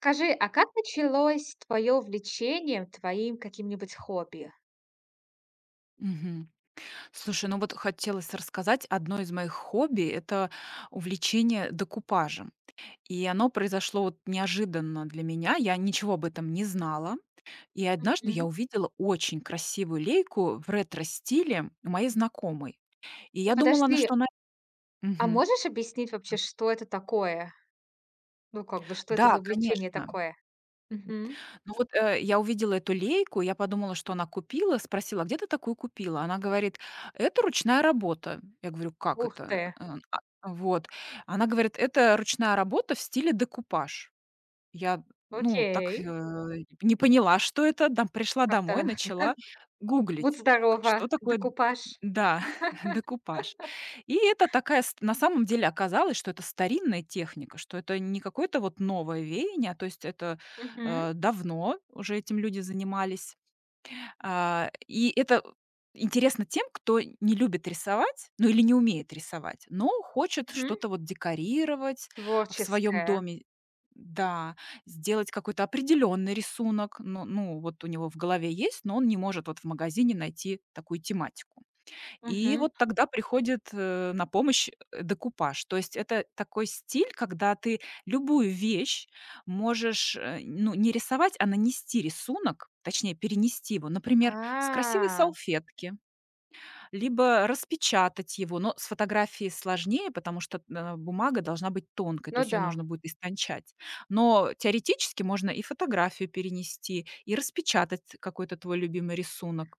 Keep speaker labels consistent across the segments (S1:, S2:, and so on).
S1: Скажи, а как началось твое увлечение твоим каким-нибудь хобби?
S2: Мгм. Слушай, ну вот хотелось рассказать. Одно из моих хобби- это увлечение декупажем. И оно произошло вот неожиданно для меня. Я ничего об этом не знала. И однажды я
S1: Мгм.
S2: увидела очень красивую лейку в ретро-стиле у моей знакомой. И я думала, на
S1: Подожди,
S2: что она.
S1: а
S2: Мгм.
S1: можешь объяснить вообще, что это такое? Ну, как бы, что это за
S2: Да,
S1: увлечение
S2: конечно.
S1: такое? Мгм.
S2: Ну вот, я увидела эту лейку, я подумала, что она купила, спросила: «А "Где ты такую купила?" Она говорит: "Это ручная работа". Я говорю: "Как
S1: Ух
S2: это?"
S1: ты,
S2: Вот. Она говорит: "Это ручная работа в стиле декупаж". Я, ну, так,
S1: окей.
S2: не поняла, что это, дам пришла домой,
S1: Как-то
S2: начала
S1: будь
S2: гуглить,
S1: здорова,
S2: что такое д
S1: докупаж.
S2: да, декупаж. И это такая ст на самом деле оказалось, что это старинная техника, что это не какое-то вот новое веяние, а то есть это,
S1: Мгм.
S2: давно уже этим люди занимались. И это интересно тем, кто не любит рисовать, ну, или не умеет рисовать, но хочет
S1: Мгм.
S2: что-то вот декорировать в своем
S1: Творческое.
S2: доме. Да, сделать какой-то определенный рисунок. Ну, вот у него в голове есть, но он не может вот в магазине найти такую тематику. И
S1: Мгм.
S2: вот тогда приходит, на помощь, декупаж. То есть это такой стиль, когда ты любую вещь можешь, ну, не рисовать, а нанести рисунок, точнее, перенести его, например, с красивой
S1: А,
S2: салфетки, либо распечатать его. Но с фотографией сложнее, потому что, бумага должна быть тонкой, то
S1: ну
S2: есть ее
S1: да.
S2: нужно будет истончать. Но теоретически можно и фотографию перенести, и распечатать какой-то твой любимый рисунок.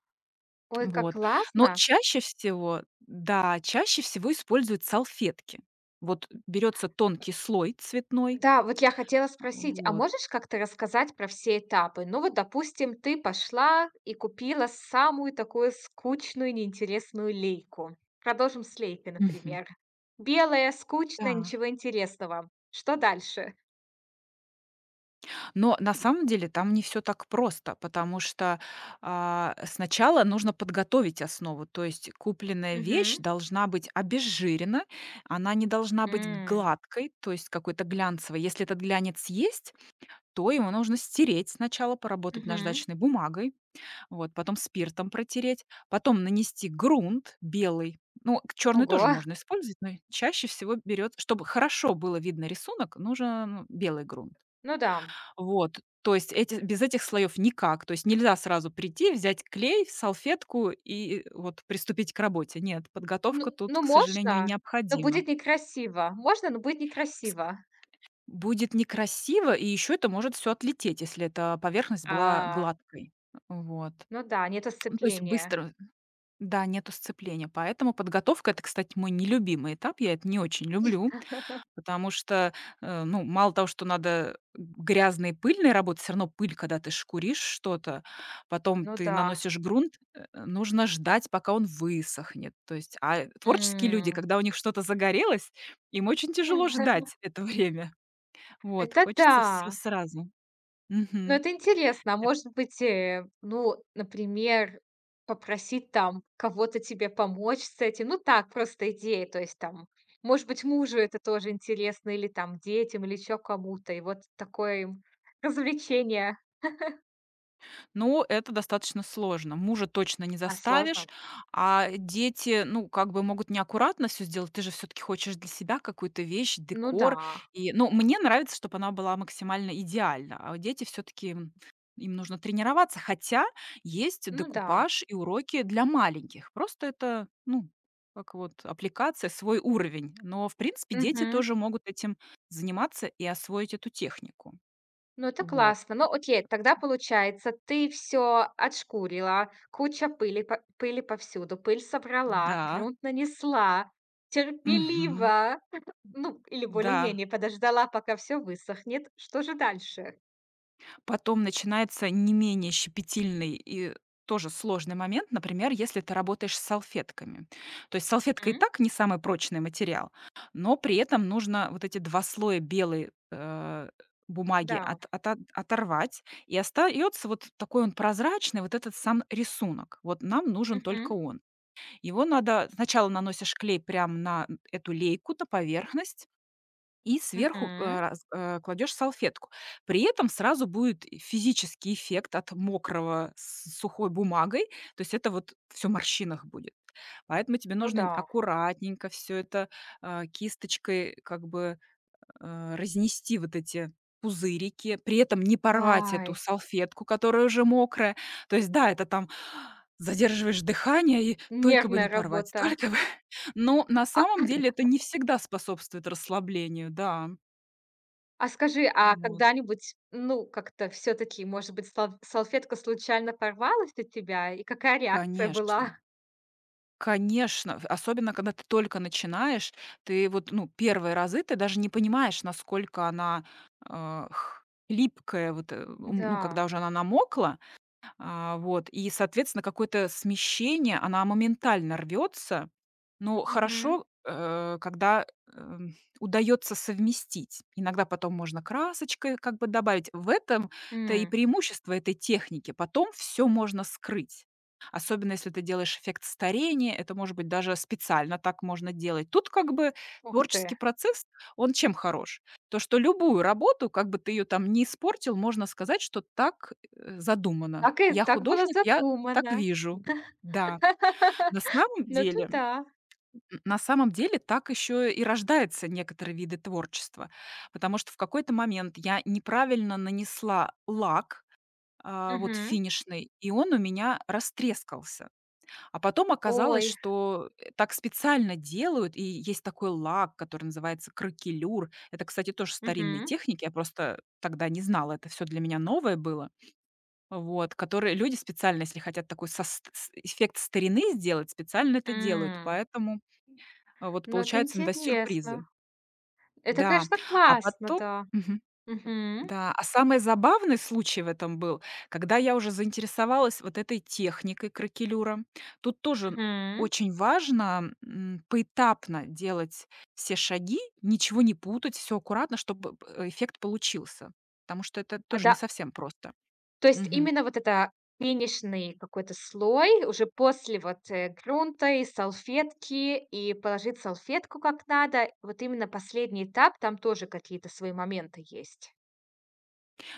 S1: Ой, как
S2: Вот. Но
S1: классно.
S2: чаще всего, да, чаще всего используют салфетки. Вот берется тонкий слой цветной,
S1: Да, вот я хотела спросить, а
S2: вот.
S1: можешь как-то рассказать про все этапы? Ну вот, допустим, ты пошла и купила самую такую скучную, неинтересную лейку. Продолжим с лейкой,
S2: Мгм.
S1: например. Белая, скучная,
S2: Да.
S1: ничего интересного. Что дальше?
S2: Но на самом деле там не все так просто, потому что, сначала нужно подготовить основу. То есть купленная вещь
S1: Мгм.
S2: должна быть обезжирена, она не должна быть
S1: М.
S2: гладкой, то есть какой-то глянцевой. Если этот глянец есть, то его нужно стереть, сначала поработать
S1: Мгм.
S2: наждачной бумагой. Вот, потом спиртом протереть, потом нанести грунт белый. Ну, черный тоже
S1: Ого.
S2: можно использовать, но чаще всего берет, чтобы хорошо было видно рисунок, нужен белый грунт.
S1: Ну да.
S2: Вот, то есть эти, без этих слоев никак. То есть нельзя сразу прийти, взять клей, салфетку и вот приступить к работе. Нет, подготовка
S1: Ну,
S2: тут,
S1: ну
S2: к сожалению,
S1: можно, но
S2: необходима.
S1: будет некрасиво. Можно, но будет
S2: С-
S1: некрасиво.
S2: Будет некрасиво, и еще это может все отлететь, если эта поверхность была
S1: А,
S2: гладкой. Вот.
S1: ну да, нету
S2: Ну, то есть
S1: сцепления.
S2: быстро. Да, нету сцепления. Поэтому подготовка- это, кстати, мой нелюбимый этап. Я это не очень люблю, потому что, ну, мало того, что надо грязной и пыльной работать, всё равно пыль, когда ты шкуришь что-то, потом
S1: Ну
S2: ты
S1: да.
S2: наносишь грунт, нужно ждать, пока он высохнет. То есть, а творческие люди,
S1: М.
S2: когда у них что-то загорелось, им очень тяжело ждать это время. Вот,
S1: Это
S2: хочется все
S1: да.
S2: сразу.
S1: Ну,
S2: Мгм.
S1: это интересно. А может быть, ну, например, попросить там кого-то тебе помочь с этим? Ну, так, просто идея. То есть там, может быть, мужу это тоже интересно, или там детям, или еще кому-то. И вот такое им развлечение.
S2: Ну, это достаточно сложно. Мужа точно не
S1: А,
S2: заставишь,
S1: сложно?
S2: а дети, ну, как бы могут неаккуратно все сделать. Ты же все таки хочешь для себя какую-то вещь,
S1: Ну да,
S2: декор. И, ну, мне нравится, чтобы она была максимально идеальна, а дети все таки им нужно тренироваться. Хотя есть
S1: ну да.
S2: декупаж и уроки для маленьких. Просто это, ну, как вот аппликация, свой уровень. Но, в принципе, дети
S1: Мгм.
S2: тоже могут этим заниматься и освоить эту технику.
S1: Ну, это
S2: Вот.
S1: классно. Ну, окей, тогда получается, ты все отшкурила, куча пыли, пыли повсюду, пыль собрала,
S2: Да.
S1: грунт нанесла,
S2: Мгм.
S1: терпеливо. Ну, или
S2: Да,
S1: более-менее подождала, пока все высохнет. Что же дальше?
S2: потом начинается не менее щепетильный и тоже сложный момент, например, если ты работаешь с салфетками. То есть салфетка и
S1: М.
S2: так не самый прочный материал, но при этом нужно вот эти 2 слоя белой, бумаги
S1: Да.
S2: от ота оторвать, и остается вот такой он прозрачный, вот этот сам рисунок. Вот нам нужен только
S1: Мгм.
S2: он. Его надо сначала наносишь клей прямо на эту лейку, на поверхность, и сверху,
S1: Мгм.
S2: раз кладешь салфетку. При этом сразу будет и физический эффект от мокрого с сухой бумагой. То есть это вот всё в морщинах будет. Поэтому тебе
S1: Ну
S2: нужно
S1: да.
S2: аккуратненько всё это, кисточкой как бы разнести вот эти пузырики, при этом не порвать эту
S1: Ай,
S2: салфетку, которая уже мокрая. То есть, да, это там задерживаешь дыхание и только бы
S1: нервная
S2: не порвать,
S1: работа.
S2: только бы. Но на
S1: А
S2: самом деле это не всегда способствует расслаблению, да.
S1: а скажи, а
S2: Вот,
S1: когда-нибудь, ну, как-то все таки может быть, салфетка случайно порвалась от тебя, и какая реакция была?
S2: конечно. Конечно, особенно когда ты только начинаешь, ты вот, ну, первые разы ты даже не понимаешь, насколько она э, х- липкая, вот, ну,
S1: Да.
S2: когда уже она намокла, а, вот, и, соответственно, какое-то смещение, она моментально рвется. Ну,
S1: Мгм.
S2: хорошо, когда, удается совместить. Иногда потом можно красочкой как бы добавить. В этом-то и
S1: М.
S2: преимущество этой техники. Потом все можно скрыть. Особенно если ты делаешь эффект старения, это, может быть, даже специально так можно делать. Тут как бы
S1: Ух
S2: творческий
S1: ты!
S2: процесс, он чем хорош? То, что любую работу, как бы ты ее там не испортил, можно сказать, что так, задумано.
S1: Так и
S2: Я
S1: так было
S2: художник, я так
S1: задумано.
S2: вижу. Да, на самом
S1: Ну, это
S2: деле
S1: да.
S2: Так еще и рождаются некоторые виды творчества, потому что в какой-то момент я неправильно нанесла лак, вот
S1: Мгм.
S2: финишный, и он у меня растрескался. А потом оказалось,
S1: Ой.
S2: что, так специально делают, и есть такой лак, который называется кракелюр. Это, кстати, тоже старинные
S1: Мгм.
S2: техники, я просто тогда не знала, это все для меня новое было. Вот, которые люди специально, если хотят такой со с эффект старины сделать, специально это делают,
S1: М.
S2: поэтому вот
S1: Ну, это
S2: получается иногда
S1: интересно.
S2: сюрпризы.
S1: Это,
S2: Да,
S1: конечно,
S2: а
S1: классно,
S2: потом
S1: да.
S2: мгм,
S1: Мгм,
S2: да, а самый забавный случай в этом был, когда я уже заинтересовалась вот этой техникой кракелюра. Тут тоже
S1: мгм.
S2: очень важно, поэтапно делать все шаги, ничего не путать, все аккуратно, чтобы эффект получился, потому что это
S1: А,
S2: тоже не
S1: да,
S2: совсем просто.
S1: то есть
S2: Мгм.
S1: именно вот это финишный какой-то слой уже после вот, грунта и салфетки, и положить салфетку как надо. Вот именно последний этап, там тоже какие-то свои моменты есть.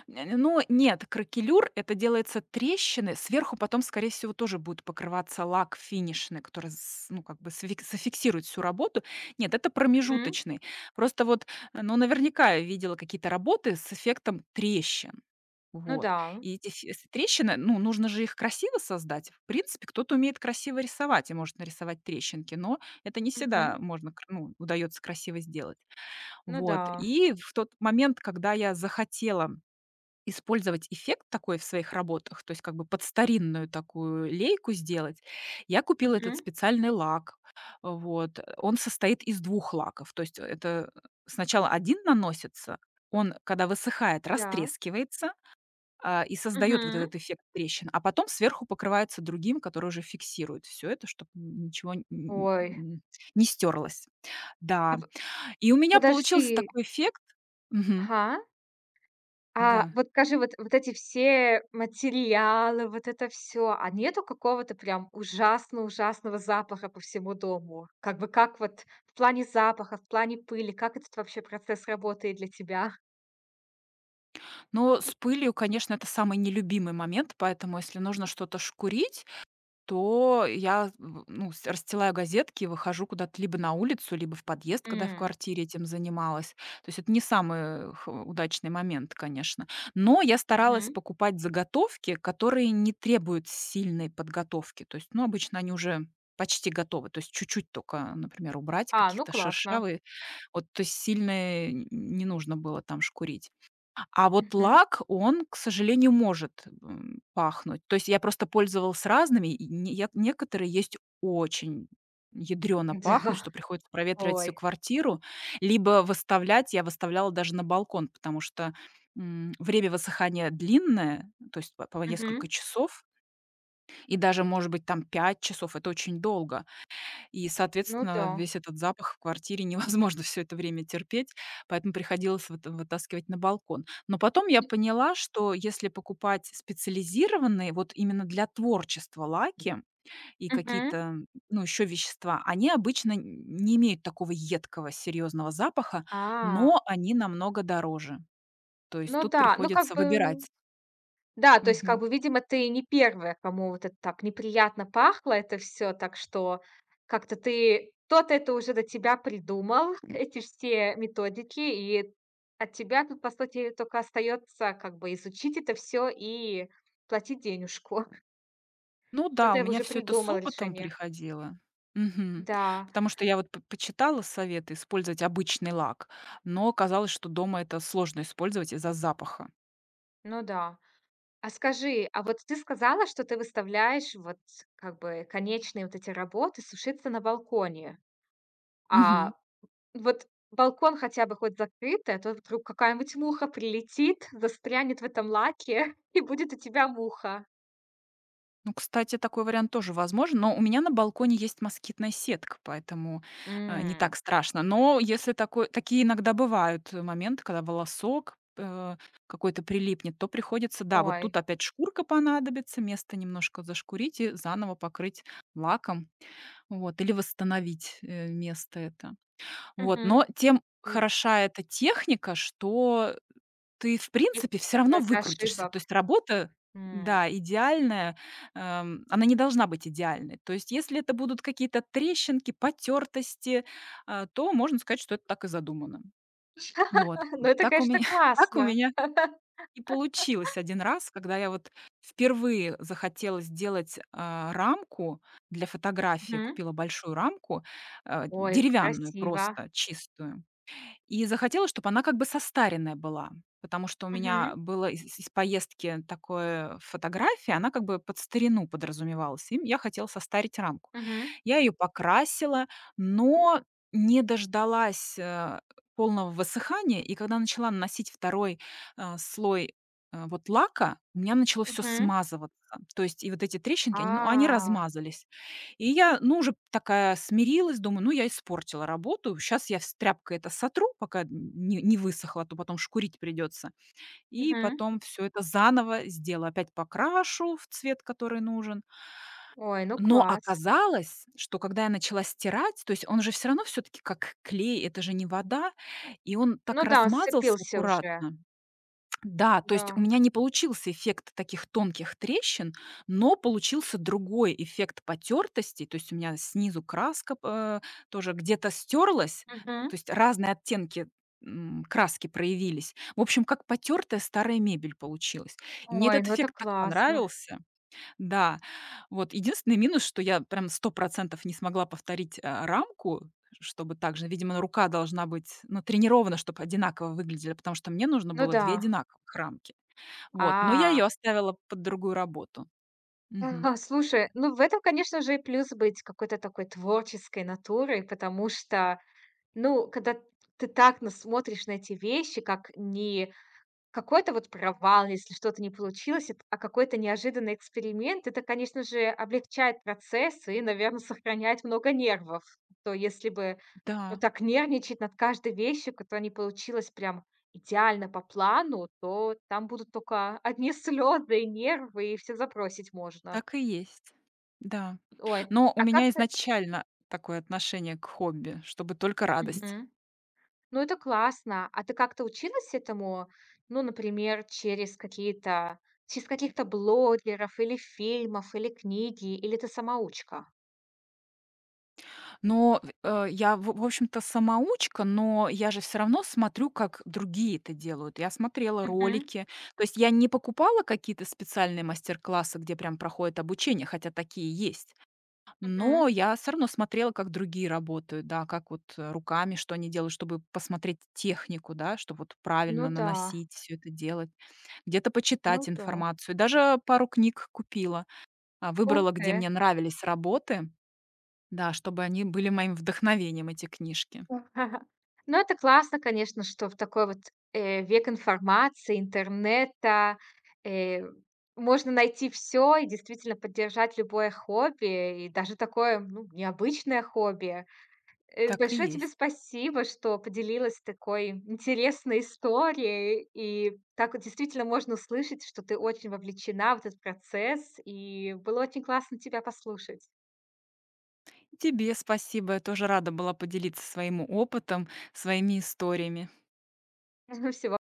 S2: Ну, нет, кракелюр- это делается трещины. Сверху потом, скорее всего, тоже будет покрываться лак финишный, который с ну, как бы сфик зафиксирует всю работу. Нет, это
S1: Мгм.
S2: промежуточный. Просто вот, ну, наверняка я видела какие-то работы с эффектом трещин.
S1: Ну
S2: Вот.
S1: да.
S2: И эти фи с трещины, ну, нужно же их красиво создать. В принципе, кто-то умеет красиво рисовать и может нарисовать трещинки, но это не всегда
S1: Мгм.
S2: можно кр ну, удаётся красиво сделать.
S1: Ну да.
S2: Вот. И в тот момент, когда я захотела использовать эффект такой в своих работах, то есть как бы под старинную такую лейку сделать. Я купила этот
S1: Мгм.
S2: специальный лак. Вот. Он состоит из двух лаков. То есть это сначала один наносится, он, когда высыхает,
S1: Да.
S2: растрескивается, и создает вот
S1: Мгм.
S2: этот эффект трещин, а потом сверху покрывается другим, который уже фиксирует все это, чтобы ничего н н
S1: Ой,
S2: н не стерлось.
S1: а
S2: Да.
S1: п
S2: И у меня
S1: подожди.
S2: получился такой эффект. Мгм.
S1: Ага. А
S2: Да.
S1: вот скажи, вот эти все материалы, вот это все, а нету какого-то прям ужасно-ужасного запаха по всему дому? Как бы как вот в плане запаха, в плане пыли, как этот вообще процесс работает для тебя?
S2: Но с пылью, конечно, это самый нелюбимый момент, поэтому если нужно что-то шкурить, то я, ну, расстилаю газетки и выхожу куда-то либо на улицу, либо в подъезд, когда я в
S1: М,
S2: квартире этим занималась. То есть это не самый удачный момент, конечно. Но я старалась
S1: мгм.
S2: покупать заготовки, которые не требуют сильной подготовки. То есть, ну, обычно они уже почти готовы, то есть чуть-чуть только, например, убрать
S1: А, ну
S2: каких-то
S1: классно.
S2: шершавые, вот, то есть сильно не нужно было там шкурить. А вот
S1: Мгм.
S2: лак, он, к сожалению, может, пахнуть. То есть я просто пользовалась разными, и не я некоторые есть очень ядрёно пахнут,
S1: Да.
S2: что приходится проветривать всю
S1: Ой.
S2: квартиру, либо выставлять. Я выставляла даже на балкон, потому что, время высыхания длинное, то есть по несколько
S1: Мгм.
S2: часов, и даже, может быть, там 5 часов- это очень долго. И,
S1: Ну
S2: соответственно,
S1: да.
S2: весь этот запах в квартире невозможно все это время терпеть, поэтому приходилось вытаскивать на балкон. Но потом я поняла, что если покупать специализированные вот именно для творчества лаки и
S1: Мгм.
S2: какие-то, ну, еще вещества, они обычно н не имеют такого едкого серьезного запаха,
S1: А,
S2: но они намного дороже. То есть
S1: ну
S2: тут
S1: да, ну как
S2: приходится
S1: бы.
S2: выбирать.
S1: Да, то есть, как бы, видимо, ты не первая, кому вот это так неприятно пахло это все, так что как-то ты кто-то это уже до тебя придумал, эти все методики, и от тебя тут, по сути, только остается, как бы, изучить это все и платить денежку.
S2: Ну да, у
S1: Кто-то
S2: меня
S1: уже
S2: все это с
S1: придумал
S2: опытом
S1: решение.
S2: приходило. Мгм.
S1: Да,
S2: Потому что я вот п почитала советы использовать обычный лак, но оказалось, что дома это сложно использовать из-за запаха.
S1: ну да. А скажи, а вот ты сказала, что ты выставляешь вот, как бы, конечные вот эти работы сушиться на балконе.
S2: Мгм.
S1: А вот балкон хотя бы хоть закрытый, а то вдруг какая-нибудь муха прилетит, застрянет в этом лаке, и будет у тебя муха.
S2: Ну, кстати, такой вариант тоже возможен, но у меня на балконе есть москитная сетка, поэтому, не так
S1: М.
S2: страшно. Но если такое такие иногда бывают моменты, когда волосок, какой-то прилипнет, то приходится, да, вот
S1: Ой,
S2: тут опять шкурка понадобится, место немножко зашкурить и заново покрыть лаком. Вот, или восстановить, место это. Вот,
S1: мгм.
S2: но тем
S1: М,
S2: хороша эта техника, что ты, в
S1: есть
S2: принципе, все равно
S1: такое для
S2: выкрутишься.
S1: ошибок.
S2: То есть работа,
S1: М.
S2: да, идеальная, она не должна быть идеальной. То есть если это будут какие-то трещинки, потертости, то можно сказать, что это так и задумано. Вот,
S1: Ну, это,
S2: так у
S1: конечно,
S2: меня так у
S1: классно.
S2: меня и получилось один раз, когда я вот впервые захотела сделать, рамку для фотографии.
S1: Мгм.
S2: Купила большую рамку,
S1: Ой,
S2: деревянную
S1: красиво.
S2: просто, чистую. И захотела, чтобы она как бы состаренная была, потому что у меня
S1: Мгм,
S2: было из поездки такое фотография, она как бы под старину подразумевалась, и я хотела состарить рамку.
S1: мгм,
S2: Я ее покрасила, но не дождалась, полного высыхания, и когда начала наносить второй слой, вот лака, у меня начало все
S1: мгм.
S2: смазываться. То есть и вот эти трещинки, они
S1: А,
S2: размазались. И я, ну, уже такая смирилась, думаю, ну, я испортила работу, сейчас я с тряпкой это сотру, пока н не не высохло, а то потом шкурить придется. И
S1: мгм.
S2: потом все это заново сделаю, опять покрашу в цвет, который нужен.
S1: Ой, ну
S2: Но
S1: класс.
S2: оказалось, что когда я начала стирать, то есть он же все равно все таки как клей, это же не вода, и он так
S1: Ну да, он
S2: размазался
S1: сцепился уже.
S2: аккуратно. Да, то есть у
S1: Да.
S2: меня не получился эффект таких тонких трещин, но получился другой эффект потертости. То есть у меня снизу краска тоже где-то стерлась,
S1: Мгм.
S2: то есть разные оттенки краски проявились. В общем, как потертая старая мебель получилась. И мне
S1: Ой,
S2: этот
S1: ну это
S2: эффект так
S1: классно.
S2: понравился. Да, вот единственный минус, что я прям сто процентов не смогла повторить, рамку, чтобы так же, видимо, рука должна быть ну, тренирована, чтобы одинаково выглядели, потому что мне нужно
S1: Ну
S2: было 2
S1: да.
S2: одинаковых рамки. Вот, но я
S1: А.
S2: ее оставила под другую работу. Мгм.
S1: Ага, слушай, ну, в этом, конечно же, и плюс быть какой-то такой творческой натурой, потому что, ну, когда ты так на смотришь на эти вещи, как не какой-то вот провал, если что-то не получилось, эт а какой-то неожиданный эксперимент, это, конечно же, облегчает процесс и, наверное, сохраняет много нервов. То если бы, ну,
S2: Да,
S1: так нервничать над каждой вещью, которая не получилась прям идеально по плану, то там будут только одни слёзы и нервы, и все запросить можно.
S2: так и есть. Да.
S1: Ой,
S2: Но у
S1: а как
S2: меня
S1: ты.
S2: изначально такое отношение к хобби, чтобы только радость.
S1: Мгм. Ну, это классно. А ты как-то училась этому? Ну, например, через какие-то через каких-то блогеров или фильмов, или книги, или ты самоучка?
S2: Но я, в общем-то, самоучка, но я же все равно смотрю, как другие это делают. Я смотрела
S1: Мгм,
S2: ролики. То есть я не покупала какие-то специальные мастер-классы, где прям проходит обучение, хотя такие есть. Но
S1: мгм.
S2: я все равно смотрела, как другие работают, да, как вот, руками, что они делают, чтобы посмотреть технику, да, чтобы вот
S1: Ну
S2: правильно
S1: да,
S2: наносить, все это делать. Где-то
S1: ну
S2: почитать
S1: да.
S2: информацию. Даже пару книг купила.
S1: Ух
S2: Выбрала,
S1: ты.
S2: где мне нравились работы. Да, чтобы они были моим вдохновением, эти книжки.
S1: Ну, это классно, конечно, что в такой вот, век информации, интернета, э, можно найти все и действительно поддержать любое хобби, и даже такое, ну, необычное хобби.
S2: Так и
S1: Большое тебе
S2: есть.
S1: спасибо, что поделилась такой интересной историей. И так вот действительно можно услышать, что ты очень вовлечена в этот процесс. И было очень классно тебя послушать.
S2: Тебе спасибо. Я тоже рада была поделиться своим опытом, своими историями.
S1: Всего